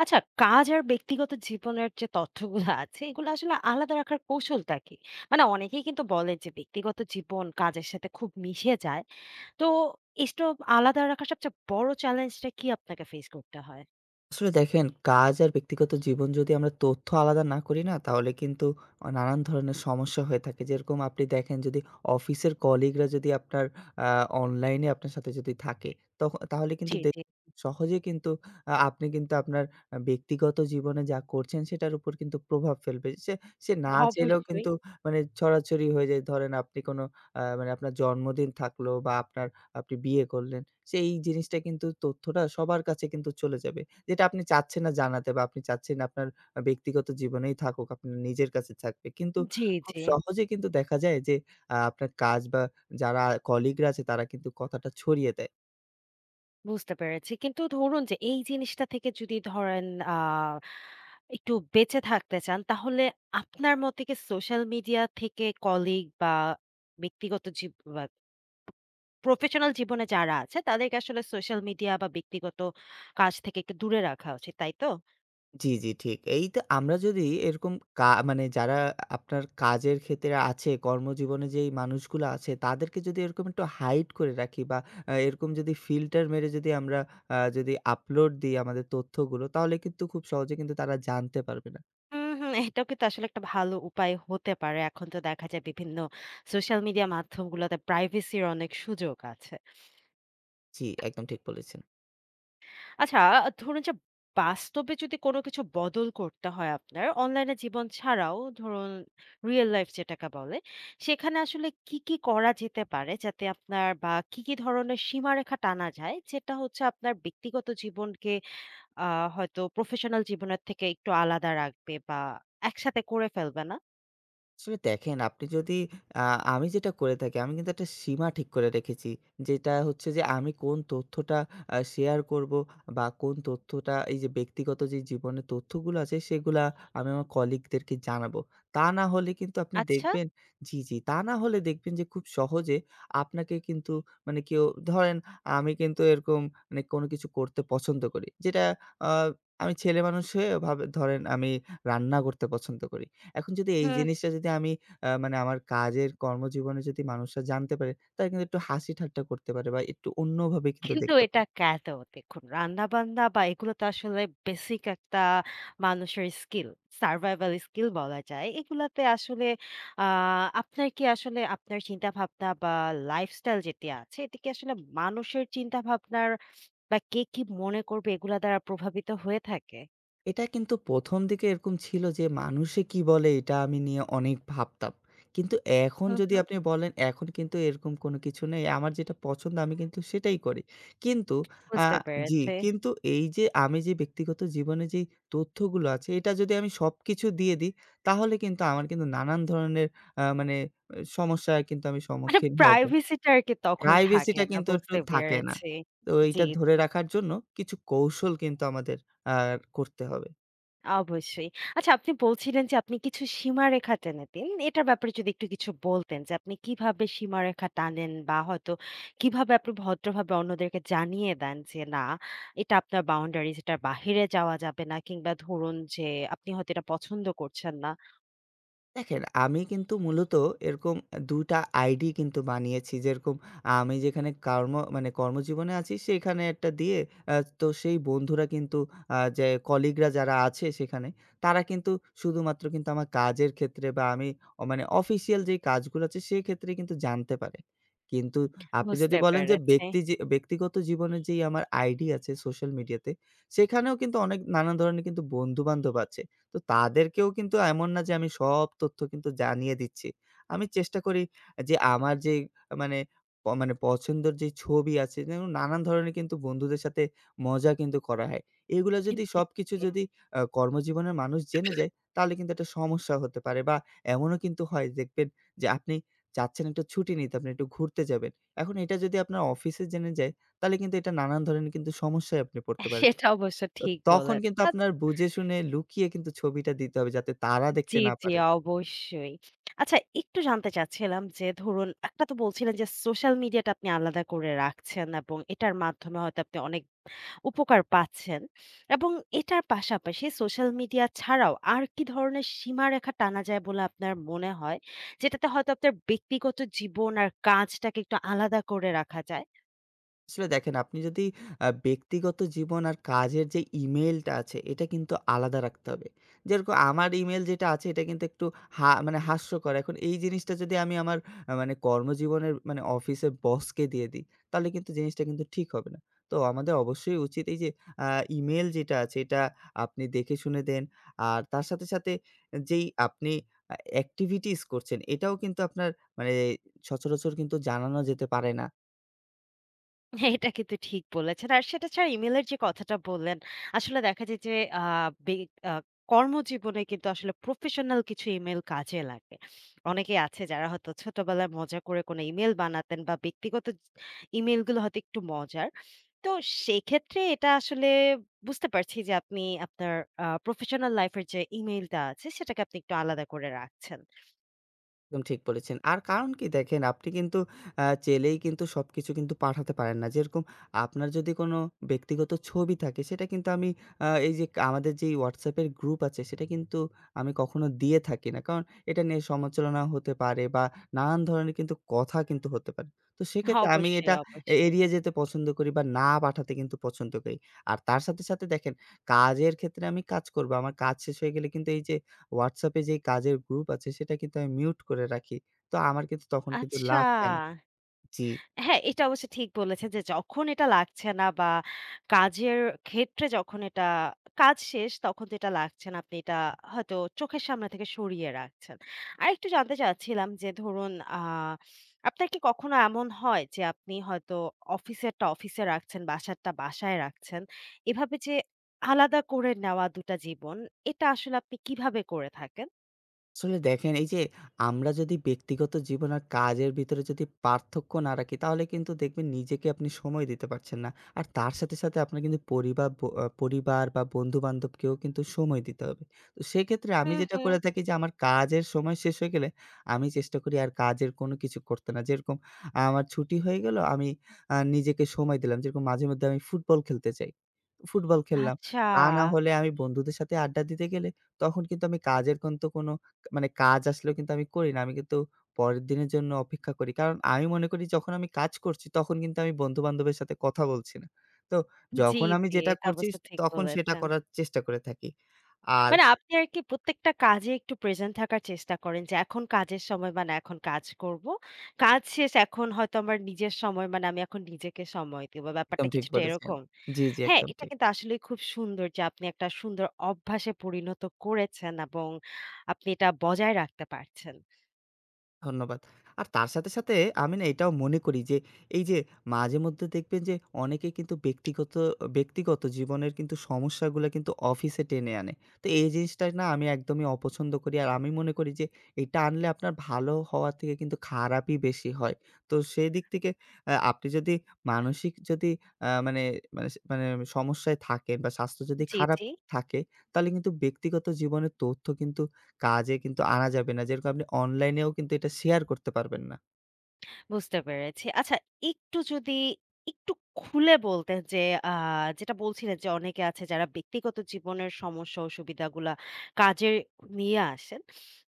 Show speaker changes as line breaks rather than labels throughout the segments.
আচ্ছা কাজ আর ব্যক্তিগত জীবনের যে তথ্যগুলো আছে এগুলো আসলে আলাদা রাখার কৌশলটা কি? মানে অনেকেই কিন্তু বলেন যে ব্যক্তিগত জীবন কাজের সাথে খুব মিশে যায়। তো এসব আলাদা রাখার সবচেয়ে বড় চ্যালেঞ্জটা কি আপনাকে ফেস করতে হয়?
আসলে দেখেন, কাজ আর ব্যক্তিগত জীবন যদি আমরা তথ্য আলাদা না করি না, তাহলে কিন্তু নানান ধরনের সমস্যা হয়ে থাকে। যেরকম আপনি দেখেন, যদি অফিসের কলিগরা যদি আপনার আ অনলাইনে আপনার সাথে যদি থাকে, তাহলে কিন্তু
জি, জি।
দেখবেন সহজে কিন্তু আপনি কিন্তু আপনার ব্যক্তিগত জীবনে যা করছেন সেটার উপর কিন্তু প্রভাব ফেলবে। সে সে না চাইলেও
অবশ্যই।
কিন্তু মানে ছড়াছড়ি হয়ে যায়। ধরেন আপনি কোনো মানে আপনার জন্মদিন থাকলো বা আপনার আপনি বিয়ে করলেন। সেই জিনিসটা কিন্তু তথ্যটা সবার কাছে কিন্তু চলে যাবে। যেটা আপনি চাচ্ছেন না জানাতে, বা আপনি চাচ্ছেন আপনার ব্যক্তিগত জীবনেই থাকুক, আপনার নিজের কাছে থাকবে। কিন্তু
জি,
খুব
জি।
সহজে কিন্তু দেখা যায় যে আপনার কাজ বা যারা কলিগরা আছে তারা কিন্তু কথাটা ছড়িয়ে দেয়।
বুঝতে পেরেছি। কিন্তু ধরুন যে এই জিনিসটা থেকে যদি ধরেন আ একটু বেঁচে থাকতে চান তাহলে আপনার মতে কি সোশ্যাল মিডিয়া থেকে কলিগ বা ব্যক্তিগত বা প্রফেশনাল জীবনে যারা আছে তাদেরকে আসলে সোশ্যাল মিডিয়া বা ব্যক্তিগত কাজ থেকে একটু দূরে রাখা উচিত, তাই তো?
জি, জি ঠিক। এই তো আমরা যদি এরকম কা মানে যারা আপনার কাজের ক্ষেত্রে আছে, কর্মজীবনে যেই মানুষগুলো আছে তাদেরকে যদি এরকম একটু হাইড করে রাখি, বা এরকম যদি ফিল্টার মেরে যদি আমরা যদি আপলোড দিই আমাদের তথ্যগুলো, তাহলে কিন্তু খুব সহজে কিন্তু তারা জানতে পারবে না।
হুম, হুম। এটাও কিন্তু আসলে একটা ভালো উপায় হতে পারে। এখন তো দেখা যায় বিভিন্ন সোশ্যাল মিডিয়া মাধ্যমগুলোতে প্রাইভেসির অনেক সুযোগ আছে।
জি, একদম ঠিক বলেছেন।
আচ্ছা, ধরুন যে বাস্তবে যদি কোনো কিছু বদল করতে হয় আপনার, অনলাইনে জীবন ছাড়াও ধরুন রিয়াল লাইফ যেটাকে বলে, সেখানে আসলে কি, কি করা যেতে পারে যাতে আপনার বা কি, কি ধরনের সীমারেখা টানা যায় যেটা হচ্ছে আপনার ব্যক্তিগত জীবনকে আ হয়তো প্রফেশনাল জীবনের থেকে একটু আলাদা রাখবে বা একসাথে করে ফেলবে না।
আসলে দেখেন, আপনি যদি আ আমি যেটা করে থাকি, আমি কিন্তু একটা সীমা ঠিক করে রেখেছি। যেটা হচ্ছে যে, আমি কোন তথ্যটা শেয়ার করব, বা কোন তথ্যটা এই যে ব্যক্তিগত যে জীবনের তথ্যগুলো আছে সেগুলা আমি আমার কলিগদেরকে জানাবো। তা না হলে কিন্তু আপনি
আচ্ছা,
দেখবেন। জি, জি। তা না হলে দেখবেন যে খুব সহজে আপনাকে কিন্তু মানে কেউ ধরেন, আমি কিন্তু এরকম মানে কোনো কিছু করতে পছন্দ করি। যেটা আ আমি ছেলেমানুষ হয়ে ভাবে, ধরেন আমি রান্না করতে পছন্দ করি। এখন যদি এই
হুম।
জিনিসটা যদি আমি মানে আমার কাজের কর্মজীবনে যদি মানুষরা জানতে পারে, তারা কিন্তু একটু হাসি ঠাট্টা করতে পারে, বা একটু অন্যভাবে কিন্তু
কিন্তু
দেখতে
এটা
পারে।
কেন? দেখুন রান্না-বান্না বা এগুলো তো আসলে বেসিক একটা মানুষের স্কিল। সার্ভাইভাল স্কিল বলা যায়। এগুলাতে আসলে আ আপনার কি আসলে আপনার চিন্তাভাবনা বা লাইফস্টাইল যেটি আছে, এটি কি আসলে মানুষের চিন্তাভাবনার বা কে কি মনে করবে এগুলা দ্বারা প্রভাবিত হয়ে থাকে?
এটা কিন্তু ১ম দিকে এরকম ছিল যে, মানুষে কি বলে এটা আমি নিয়ে অনেক ভাবতাম। কিন্তু এখন
হুম,
যদি
হুম।
আপনি বলেন, এখন কিন্তু এরকম কোনো কিছু নেই। আমার যেটা পছন্দ, আমি কিন্তু সেটাই করি। কিন্তু আ
বুঝতে
জি,
পেরেছি।
কিন্তু এই যে আমি যে ব্যক্তিগত জীবনে যেই তথ্যগুলো আছে, এটা যদি আমি সবকিছু দিয়ে দিই, তাহলে কিন্তু আমার কিন্তু নানান ধরনের মানে সমস্যায় কিন্তু আমি
মানে
সম্মুখীন হব।
privacy টা আরকি তখন
প্রাইভেসি
থাকে
টা
না।
কিন্তু একটু
বুঝতে
থাকে না।
পেরেছি।
তো এইটা
জি,
ধরে
জি।
রাখার জন্য কিছু কৌশল কিন্তু আমাদের আ করতে হবে।
অবশ্যই। আচ্ছা আপনি বলছিলেন যে আপনি কিছু সীমারেখা টেনে দিন। এটার ব্যাপারে যদি একটু কিছু বলতেন যে আপনি কিভাবে সীমারেখা টানেন বা হয়তো কিভাবে আপনি ভদ্রভাবে অন্যদেরকে জানিয়ে দেন যে না এটা আপনার বাউন্ডারিজ এটার বাহিরে যাওয়া যাবে না কিংবা ধরুন যে আপনি হয়তো এটা পছন্দ করছেন না।
দেখেন, আমি কিন্তু মূলত এরকম ২টা টা আইডি কিন্তু বানিয়েছি। যেরকম আমি যেখানে মানে কর্মজীবনে আছি সেখানে একটা দিয়ে, আ তো সেই বন্ধুরা কিন্তু, যে কলিগরা যারা আছে সেখানে, তারা কিন্তু শুধুমাত্র কিন্তু আমার কাজের ক্ষেত্রে বা আমি মানে অফিসিয়াল যেই কাজগুলো আছে সেক্ষেত্রে কিন্তু জানতে পারে। কিন্তু আপনি যদি
বুঝতে
বলেন যে
পেরেছি।
ব্যক্তিগত জীবনের যেই আমার আইডি আছে সোশ্যাল মিডিয়াতে, সেখানেও কিন্তু অনেক নানা ধরনের কিন্তু বন্ধু-বান্ধব আছে। তো তাদেরকেও কিন্তু এমন না যে আমি সব তথ্য কিন্তু জানিয়ে দিচ্ছি। আমি চেষ্টা করি যে আমার যে মানে মানে পছন্দের যে ছবি আছে, যেমন নানান ধরনের কিন্তু বন্ধুদের সাথে মজা কিন্তু করা হয়। এগুলা
জি,
যদি
জি।
সবকিছু যদি কর্মজীবনের মানুষ জেনে যায়, তাহলে কিন্তু একটা সমস্যা হতে পারে, বা এমনও কিন্তু হয় দেখবেন যে আপনি চাচ্ছেন একটা ছুটি নিতে, আপনি একটু ঘুরতে যাবেন। এখন এটা যদি আপনার অফিসে জেনে যায়, তাহলে কিন্তু এটা নানান ধরনের কিন্তু সমস্যায় আপনি পড়তে পারেন।
সেটা অবশ্য
তো
ঠিক
তখন
বলেছেন।
কিন্তু আপনার
আচ্ছা
বুঝে শুনে লুকিয়ে কিন্তু ছবিটা দিতে হবে যাতে তারা দেখতে
জি,
না
জি,
পারে।
অবশ্যই। আচ্ছা একটু জানতে চাচ্ছিলাম যে ধরুন একটা তো বলছিলেন যে সোশ্যাল মিডিয়াটা আপনি আলাদা করে রাখছেন এবং এটার মাধ্যমে হয়তো আপনি অনেক উপকার পাচ্ছেন। এবং এটার পাশাপাশি সোশ্যাল মিডিয়া ছাড়াও আর কি ধরনের সীমারেখা টানা যায় বলে আপনার মনে হয়? যেটাতে হয়তো আপনার ব্যক্তিগত জীবন আর কাজটাকে একটু আলাদা করে রাখা যায়?
আসলে দেখেন, আপনি যদি ব্যক্তিগত জীবন আর কাজের যে ইমেইলটা আছে, এটা কিন্তু আলাদা রাখতে হবে। যেরকম আমার ইমেইল যেটা আছে, এটা কিন্তু একটু মানে হাস্যকর। এখন এই জিনিসটা যদি আমি আমার মানে কর্মজীবনের মানে অফিসের বসকে দিয়ে দিই, তাহলে কিন্তু জিনিসটা কিন্তু ঠিক হবে না। তো আমাদের অবশ্যই উচিত এই যে আ ইমেইল যেটা আছে, এটা আপনি দেখে শুনে দেন। আর তার সাথে, সাথে যেই আপনি আ activities করছেন, এটাও কিন্তু আপনার মানে সচরাচর কিন্তু জানানো যেতে পারে না।
হ্যাঁ, এটা কিন্তু ঠিক বলেছেন। আর সেটা ছাড়া ইমেইলের যে কথাটা বললেন, আসলে দেখা যায় যে আ বে আ কর্মজীবনে কিন্তু আসলে প্রফেশনাল কিছু ইমেইল কাজে লাগে। অনেকেই আছে যারা হয়তো ছোটবেলায় মজা করে কোনো ইমেইল বানাতেন বা ব্যক্তিগত ইমেইলগুলো হয়তো একটু মজার। তো সেক্ষেত্রে এটা আসলে বুঝতে পারছি যে আপনি আপনার প্রফেশনাল লাইফ এর যে ইমেইলটা আছে সেটাকে আপনি একটু আলাদা করে রাখছেন।
একদম ঠিক বলেছেন। আর কারণ কি দেখেন, আপনি কিন্তু চাইলেই কিন্তু সবকিছু কিন্তু পাঠাতে পারেন না। যেরকম আপনার যদি কোনো ব্যক্তিগত ছবি থাকে, সেটা কিন্তু আমি এই যে আমাদের যেই WhatsApp এর গ্রুপ আছে সেটা কিন্তু আমি কখনো দিয়ে থাকি না। কারণ এটা নিয়ে সমালোচনা হতে পারে, বা নানান ধরনের কিন্তু কথা কিন্তু হতে পারে। তো
হ্যাঁ,
সেক্ষেত্রে আমি
অবশ্যই,
এটা
অবশ্যই।
এড়িয়ে যেতে পছন্দ করি, বা না পাঠাতে কিন্তু পছন্দ করি। আর তার সাথে, সাথে দেখেন, কাজের ক্ষেত্রে আমি কাজ করব। আমার কাজ শেষ হয়ে গেলে কিন্তু এই যে WhatsApp এ যে কাজের গ্রুপ আছে সেটা কিন্তু আমি মিউট করে রাখি। তো আমার কিন্তু তখন কিন্তু
আচ্ছা।
লাগছে না। জি।
হ্যাঁ, এটা অবশ্য ঠিক বলেছেন যে যখন এটা লাগছে না বা কাজের ক্ষেত্রে যখন এটা কাজ শেষ তখন তো এটা লাগছে না। আপনি এটা হয়তো চোখের সামনে থেকে সরিয়ে রাখছেন। আরেকটু জানতে চাচ্ছিলাম যে ধরুন আপনার কি কখনো এমন হয় যে আপনি হয়তো অফিসেরটা অফিসে রাখছেন, বাসারটা বাসায় রাখছেন। এভাবে যে আলাদা করে নেওয়া ২ টা জীবন, এটা আসলে আপনি কিভাবে করে থাকেন?
আসলে দেখেন, এই যে আমরা যদি ব্যক্তিগত জীবন আর কাজের ভিতরে যদি পার্থক্য না রাখি, তাহলে কিন্তু দেখবেন নিজেকে আপনি সময় দিতে পারছেন না। আর তার সাথে, সাথে আপনার কিন্তু পরিবার ব আ পরিবার বা বন্ধু-বান্ধবকেও কিন্তু সময় দিতে হবে। তো সেক্ষেত্রে আমি
হুম,
যেটা
হুম।
করে থাকি যে, আমার কাজের সময় শেষ হয়ে গেলে আমি চেষ্টা করি আর কাজের কোনো কিছু করতে না। যেরকম আমার ছুটি হয়ে গেল, আমি নিজেকে সময় দিলাম। যেরকম মাঝে মধ্যে আমি ফুটবল খেলতে চাই। ফুটবল খেললাম।
আচ্ছা।
তা না হলে আমি বন্ধুদের সাথে আড্ডা দিতে গেলে, তখন কিন্তু আমি কাজের কিন্তু কোনো মানে কাজ আসলেও কিন্তু আমি করি না। আমি কিন্তু পরের দিনের জন্য অপেক্ষা করি। কারণ আমি মনে করি যখন আমি কাজ করছি, তখন কিন্তু আমি বন্ধু-বান্ধবের সাথে কথা বলছি না। তো
জি,
যখন আমি
জি।
যেটা
এটা
করছি
অবশ্য ঠিক
তখন সেটা
বলেছেন।
করার চেষ্টা করে থাকি। আর
মানে আপনি আরকি প্রত্যেকটা কাজে একটু প্রেজেন্ট থাকার চেষ্টা করেন যে এখন কাজের সময় মানে এখন কাজ করব। কাজ শেষ এখন হয়তো আমার নিজের সময় মানে আমি এখন নিজেকে সময় দেব।
একদম
ব্যাপারটা
ঠিক
কিছুটা
বলেছেন।
এরকম।
জি, জি,
হ্যাঁ,
একদম
এটা
ঠিক।
কিন্তু আসলেই খুব সুন্দর যে আপনি একটা সুন্দর অভ্যাসে পরিণত করেছেন এবং আপনি এটা বজায় রাখতে পারছেন।
ধন্যবাদ। আর তার সাথে, সাথে আমি না এটাও মনে করি যে, এই যে মাঝেমধ্যে দেখবেন যে অনেকেই কিন্তু ব্যক্তিগত ব্যক্তিগত জীবনের কিন্তু সমস্যাগুলা কিন্তু অফিসে টেনে আনে। তো এই জিনিসটা না আমি একদমই অপছন্দ করি। আর আমি মনে করি যে এটা আনলে আপনার ভালো হওয়ার থেকে কিন্তু খারাপই বেশি হয়। তো সেদিক থেকে আপনি যদি মানসিক যদি মানে মানে মানে সমস্যায় থাকেন, বা স্বাস্থ্য যদি
জি,
খারাপ
জি।
থাকে, তাহলে কিন্তু ব্যক্তিগত জীবনের তথ্য কিন্তু কাজে কিন্তু আনা যাবে না। যেরকম আপনি অনলাইনেও কিন্তু এটা শেয়ার করতে পারবেন না।
বুঝতে পেরেছি। আচ্ছা একটু যদি একটু খুলে বলতেন যে আ যেটা বলছিলেন যে অনেকে আছে যারা ব্যক্তিগত জীবনের সমস্যা অসুবিধাগুলা কাজে নিয়ে আসেন।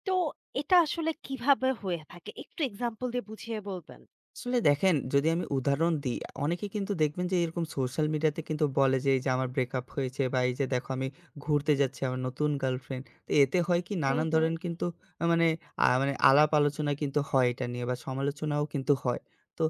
তো এটা আসলে কিভাবে হয়ে থাকে? একটু এক্সাম্পল দিয়ে বুঝিয়ে বলবেন?
আসলে দেখেন, যদি আমি উদাহরণ দিই, অনেকে কিন্তু দেখবেন যে এরকম সোশ্যাল মিডিয়াতে কিন্তু বলে যে, "এই যে আমার ব্রেকআপ হয়েছে" বা "এই যে দেখো আমি ঘুরতে যাচ্ছি আমার নতুন গার্লফ্রেন্ড।" তো এতে হয় কি
হুম,
নানান
হুম।
ধরনের কিন্তু মানে আ মানে আলাপ আলোচনা কিন্তু হয় এটা নিয়ে, বা সমালোচনাও কিন্তু হয়। তো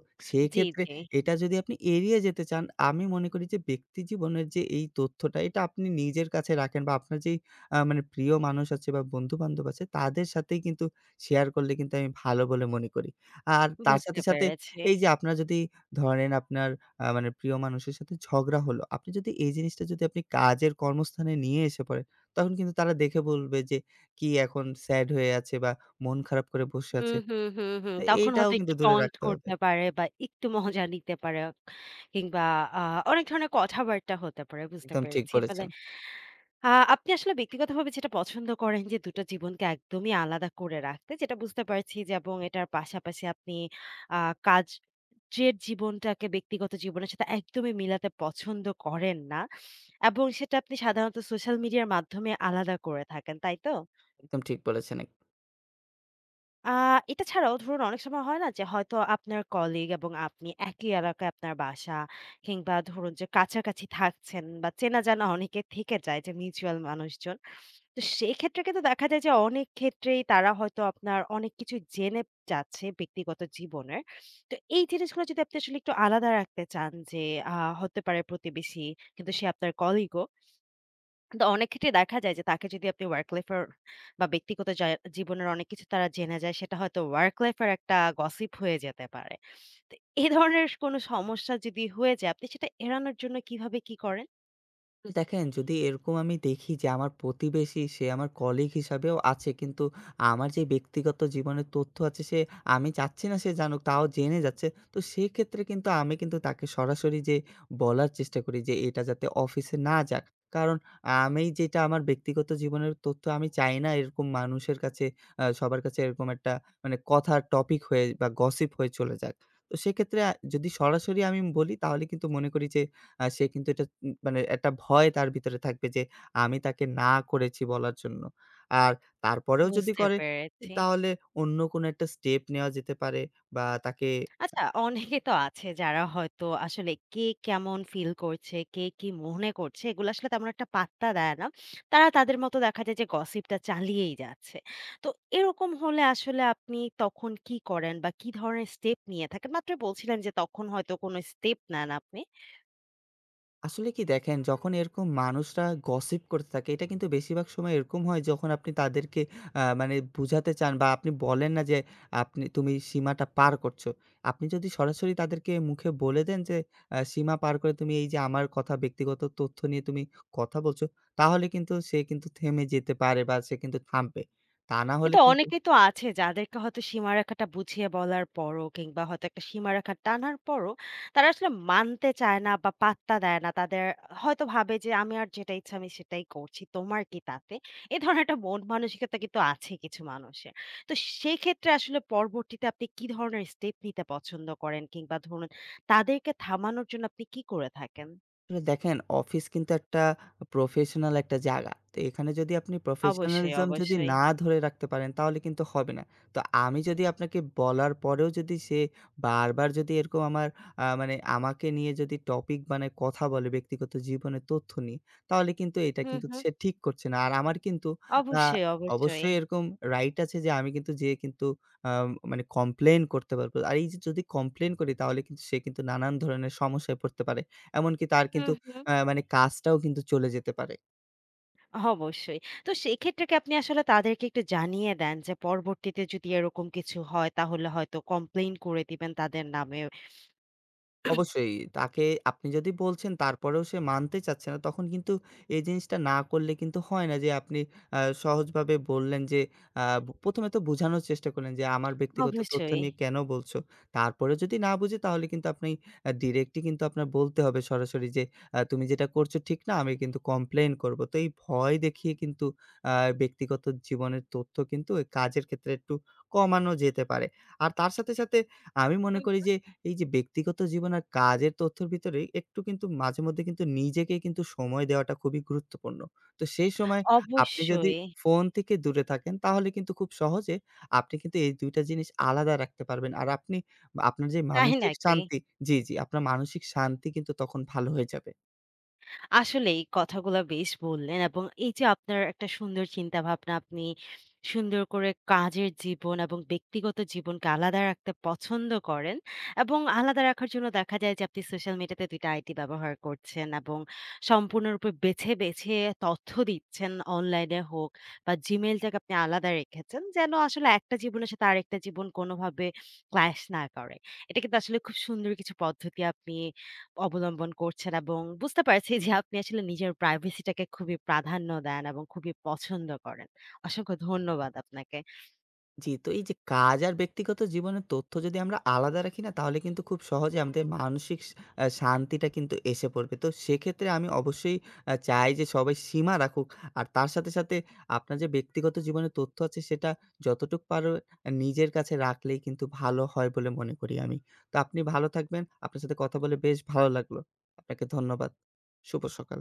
জি,
সেক্ষেত্রে
জি।
এটা যদি আপনি এড়িয়ে যেতে চান, আমি মনে করি যে ব্যক্তি জীবনের যে এই তথ্যটা এটা আপনি নিজের কাছে রাখেন, বা আপনার যেই মানে প্রিয় মানুষ আছে বা বন্ধু-বান্ধব আছে তাদের সাথেই কিন্তু শেয়ার করলে কিন্তু আমি ভালো বলে মনে করি। আর তার
বুঝতে
সাথে, সাথে
পেরেছি।
এই যে আপনার যদি ধরেন আপনার মানে প্রিয় মানুষের সাথে ঝগড়া হলো। আপনি যদি এই জিনিসটা যদি আপনি কাজের কর্মস্থানে নিয়ে এসে পড়েন, তখন কিন্তু তারা দেখে বলবে যে কি এখন স্যাড হয়ে আছে, বা মন খারাপ করে বসে
হুম,
আছে।
হুম, হুম, হুম। তখন
এইটাও
হয়তো
কিন্তু
একটু
দূরে
টন্ট
রাখতে হবে।
করতে পারে বা একটু মজা নিতে পারে কিংবা আ অনেক ধরনের কথাবার্তা হতে পারে। বুঝতে
একদম ঠিক
পেরেছি। মানে
বলেছেন,
আ আপনি আসলে ব্যক্তিগতভাবে যেটা পছন্দ করেন যে ২ টা জীবনকে একদমই আলাদা করে রাখতে যেটা বুঝতে পারছি যে এবং এটার পাশাপাশি আপনি আ কাজ জের জীবনটাকে ব্যক্তিগত জীবনের সাথে একদমই মিলাতে পছন্দ করেন না এবং সেটা আপনি সাধারণত সোশ্যাল মিডিয়ার মাধ্যমে আলাদা করে থাকেন, তাই তো?
একদম ঠিক বলেছেন।
আ এটা ছাড়াও ধরুন অনেক সময় হয় না যে হয়তো আপনার কলিগ এবং আপনি একই এলাকায় আপনার বাসা কিংবা ধরুন যে কাছাকাছি থাকছেন বা চেনা জানা অনেকে থেকে যায় যে মিউচুয়াল মানুষজন। তো সেক্ষেত্রে কিন্তু দেখা যায় যে অনেক ক্ষেত্রেই তারা হয়তো আপনার অনেক কিছু জেনে যাচ্ছে ব্যক্তিগত জীবনের। তো এই জিনিসগুলো যদি আপনি আসলে একটু আলাদা রাখতে চান যে আ হতে পারে প্রতিবেশী কিন্তু সে আপনার কলিগও। তো অনেক ক্ষেত্রে দেখা যায় যে তাকে যদি আপনি ওয়ার্ক লাইফ এর বা ব্যক্তিগত জীবনের অনেক কিছু তারা জেনে যায় সেটা হয়তো ওয়ার্ক লাইফ এর একটা গসিপ হয়ে যেতে পারে তো এই ধরনের কোনো সমস্যা যদি হয়ে যায় আপনি সেটা এড়ানোর জন্য কিভাবে কি করেন
দেখেন, যদি এরকম আমি দেখি যে আমার প্রতিবেশী সে আমার কলিগ হিসাবেও আছে, কিন্তু আমার যে ব্যক্তিগত জীবনের তথ্য আছে, সে আমি চাচ্ছি না সে জানুক তাও জেনে যাচ্ছে, তো সেক্ষেত্রে কিন্তু আমি কিন্তু তাকে সরাসরি যে বলার চেষ্টা করি যে এটা যাতে অফিসে না যাক। কারণ আমি যেটা আমার ব্যক্তিগত জীবনের তথ্য, আমি চাই না এরকম মানুষের কাছে, সবার কাছে এরকম একটা মানে কথার টপিক হয়ে বা গসিপ হয়ে চলে যাক। তো সেক্ষেত্রে যদি সরাসরি আমি বলি, তাহলে কিন্তু মনে করি যে সে কিন্তু এটা মানে একটা ভয় তার ভিতরে থাকবে যে আমি তাকে না করেছি বলার জন্য। আর তারপরেও যদি
বুঝতে
করে
পেরেছি
তাহলে অন্য কোনো একটা স্টেপ নেওয়া যেতে পারে, বা তাকে
আচ্ছা, অনেকে তো আছে যারা হয়তো আসলে কে কেমন ফিল করছে, কে কি মনে করছে এগুলো আসলে তেমন একটা পাত্তা দেয় না। তারা তাদের মতো দেখা যায় যে গসিপটা চালিয়েই যাচ্ছে। তো এরকম হলে আসলে আপনি তখন কি করেন বা কি ধরনের স্টেপ নিয়ে থাকেন? মাত্রই বলছিলেন যে তখন হয়তো কোনো স্টেপ নেন আপনি।
আসলে কি দেখেন, যখন এরকম মানুষরা গসিপ করতে থাকে, এটা কিন্তু বেশিরভাগ সময় এরকম হয় যখন আপনি তাদেরকে মানে বুঝাতে চান বা আপনি বলেন না যে, আপনি তুমি সীমাটা পার করছো। আপনি যদি সরাসরি তাদেরকে মুখে বলে দেন যে, সীমা পার করে তুমি এই যে আমার কথা ব্যক্তিগত তথ্য নিয়ে তুমি কথা বলছো, তাহলে কিন্তু সে কিন্তু থেমে যেতে পারে, বা সে কিন্তু থামবে। তা না হলে
কিন্তু
কিন্তু
অনেকেই তো আছে যাদেরকে হয়তো সীমারেখাটা বুঝিয়ে বলার পরও কিংবা হয়তো একটা সীমারেখা টানার পরও তারা আসলে মানতে চায় না বা পাত্তা দেয় না। তাদের হয়তো ভাবে যে আমি আর যেটা ইচ্ছা আমি সেটাই করছি। তোমার কি তাতে? এ ধরনের একটা মন মানসিকতা কিন্তু আছে কিছু মানুষের। তো সেই ক্ষেত্রে আসলে পরবর্তীতে আপনি কি ধরনের স্টেপ নিতে পছন্দ করেন? কিংবা ধরুন তাদেরকে থামানোর জন্য আপনি কি করে থাকেন?
আসলে দেখেন, অফিস কিন্তু একটা প্রফেশনাল একটা জায়গা। তো এখানে যদি আপনি
অবশ্যই,
প্রফেশনালিজম যদি
অবশ্যই।
না ধরে রাখতে পারেন, তাহলে কিন্তু হবে না। তো আমি যদি আপনাকে বলার পরেও যদি সে বারবার যদি এরকম আমার মানে আমাকে নিয়ে যদি টপিক বানায় কথা বলে ব্যক্তিগত জীবনের তথ্য নিয়ে, তাহলে কিন্তু এটা
হুম,
কিন্তু
হুম।
সে ঠিক করছে না। আর আমার কিন্তু আ
অবশ্যই, অবশ্যই।
অবশ্যই এরকম রাইট আছে যে আমি কিন্তু যেয়ে কিন্তু আ মানে কমপ্লেইন করতে পারব। আর এই যে যদি কমপ্লেইন করি, তাহলে কিন্তু সে কিন্তু নানান ধরনের সমস্যায় পড়তে পারে। এমনকি তার
হুম,
কিন্তু
হুম।
মানে কাজটাও কিন্তু চলে যেতে পারে।
অবশ্যই। তো সেক্ষেত্রে কি আপনি আসলে তাদেরকে একটু জানিয়ে দেন যে পরবর্তীতে যদি এরকম কিছু হয় তাহলে হয়তো কমপ্লেইন করে দিবেন তাদের নামে।
অবশ্যই। তাকে আপনি যদি বলছেন তারপরেও সে মানতে চাচ্ছে না, তখন কিন্তু এই জিনিসটা না করলে কিন্তু হয় না যে আপনি সহজভাবে বললেন যে, আ ১মে তো বোঝানোর চেষ্টা করলেন যে আমার ব্যক্তিগত তথ্য
অবশ্যই।
নিয়ে কেন বলছো? তারপরেও যদি না বুঝে, তাহলে কিন্তু আপনি ডিরেক্টলি কিন্তু আপনার বলতে হবে সরাসরি যে, তুমি যেটা করছো ঠিক না, আমি কিন্তু কমপ্লেইন করব। তো এই ভয় দেখিয়ে কিন্তু আ ব্যক্তিগত জীবনের তথ্য কিন্তু এই কাজের ক্ষেত্রে একটু কমানো যেতে পারে। আর তার সাথে, সাথে আমি মনে করি
হুম।
যে, এই যে ব্যক্তিগত জীবন আর কাজের তথ্যের ভিতরে একটু কিন্তু মাঝে মধ্যে কিন্তু নিজেকে কিন্তু সময় দেওয়াটা খুবই গুরুত্বপূর্ণ। তো সেই সময় আপনি যদি
অবশ্যই।
ফোন থেকে দূরে থাকেন, তাহলে কিন্তু খুব সহজে আপনি কিন্তু এই ২টা টা জিনিস আলাদা রাখতে পারবেন। আর আপনি আপনার যে
তাই
মানসিক
নাকি?
শান্তি। জি, জি। আপনার মানসিক শান্তি কিন্তু তখন ভালো হয়ে যাবে।
আসলে এই কথাগুলা বেশ বললেন এবং এই যে আপনার একটা সুন্দর চিন্তা ভাবনা আপনি সুন্দর করে কাজের জীবন এবং ব্যক্তিগত জীবনকে আলাদা রাখতে পছন্দ করেন এবং আলাদা রাখার জন্য দেখা যায় যে আপনি সোশ্যাল মিডিয়াতে দুইটা আইডি ব্যবহার করছেন এবং সম্পূর্ণরূপে বেছে বেছে তথ্য দিচ্ছেন অনলাইনে হোক বা জিমেইলটাকে আপনি আলাদা রেখেছেন যেন আসলে একটা জীবনের সাথে আরেকটা জীবন কোনোভাবে ক্ল্যাশ না করে এটা কিন্তু আসলে খুব সুন্দর কিছু পদ্ধতি আপনি অবলম্বন করছেন এবং বুঝতে পারছি যে আপনি আসলে নিজের প্রাইভেসিটাকে খুবই প্রাধান্য দেন এবং খুবই পছন্দ করেন। অসংখ্য ধন্যবাদ আপনাকে।
জি, তো এই যে কাজ আর ব্যক্তিগত জীবনের তথ্য যদি আমরা আলাদা রাখি না, তাহলে কিন্তু খুব সহজে আমাদের মানসিক স আ শান্তিটা কিন্তু এসে পড়বে। তো সেক্ষেত্রে আমি অবশ্যই চাই যে সবাই সীমা রাখুক। আর তার সাথে, সাথে আপনার যে ব্যক্তিগত জীবনের তথ্য আছে সেটা যতটুক পারো নিজের কাছে রাখলেই কিন্তু ভালো হয় বলে মনে করি আমি। তো আপনি ভালো থাকবেন। আপনার সাথে কথা বলে বেশ ভালো লাগলো। আপনাকে ধন্যবাদ। শুভ সকাল।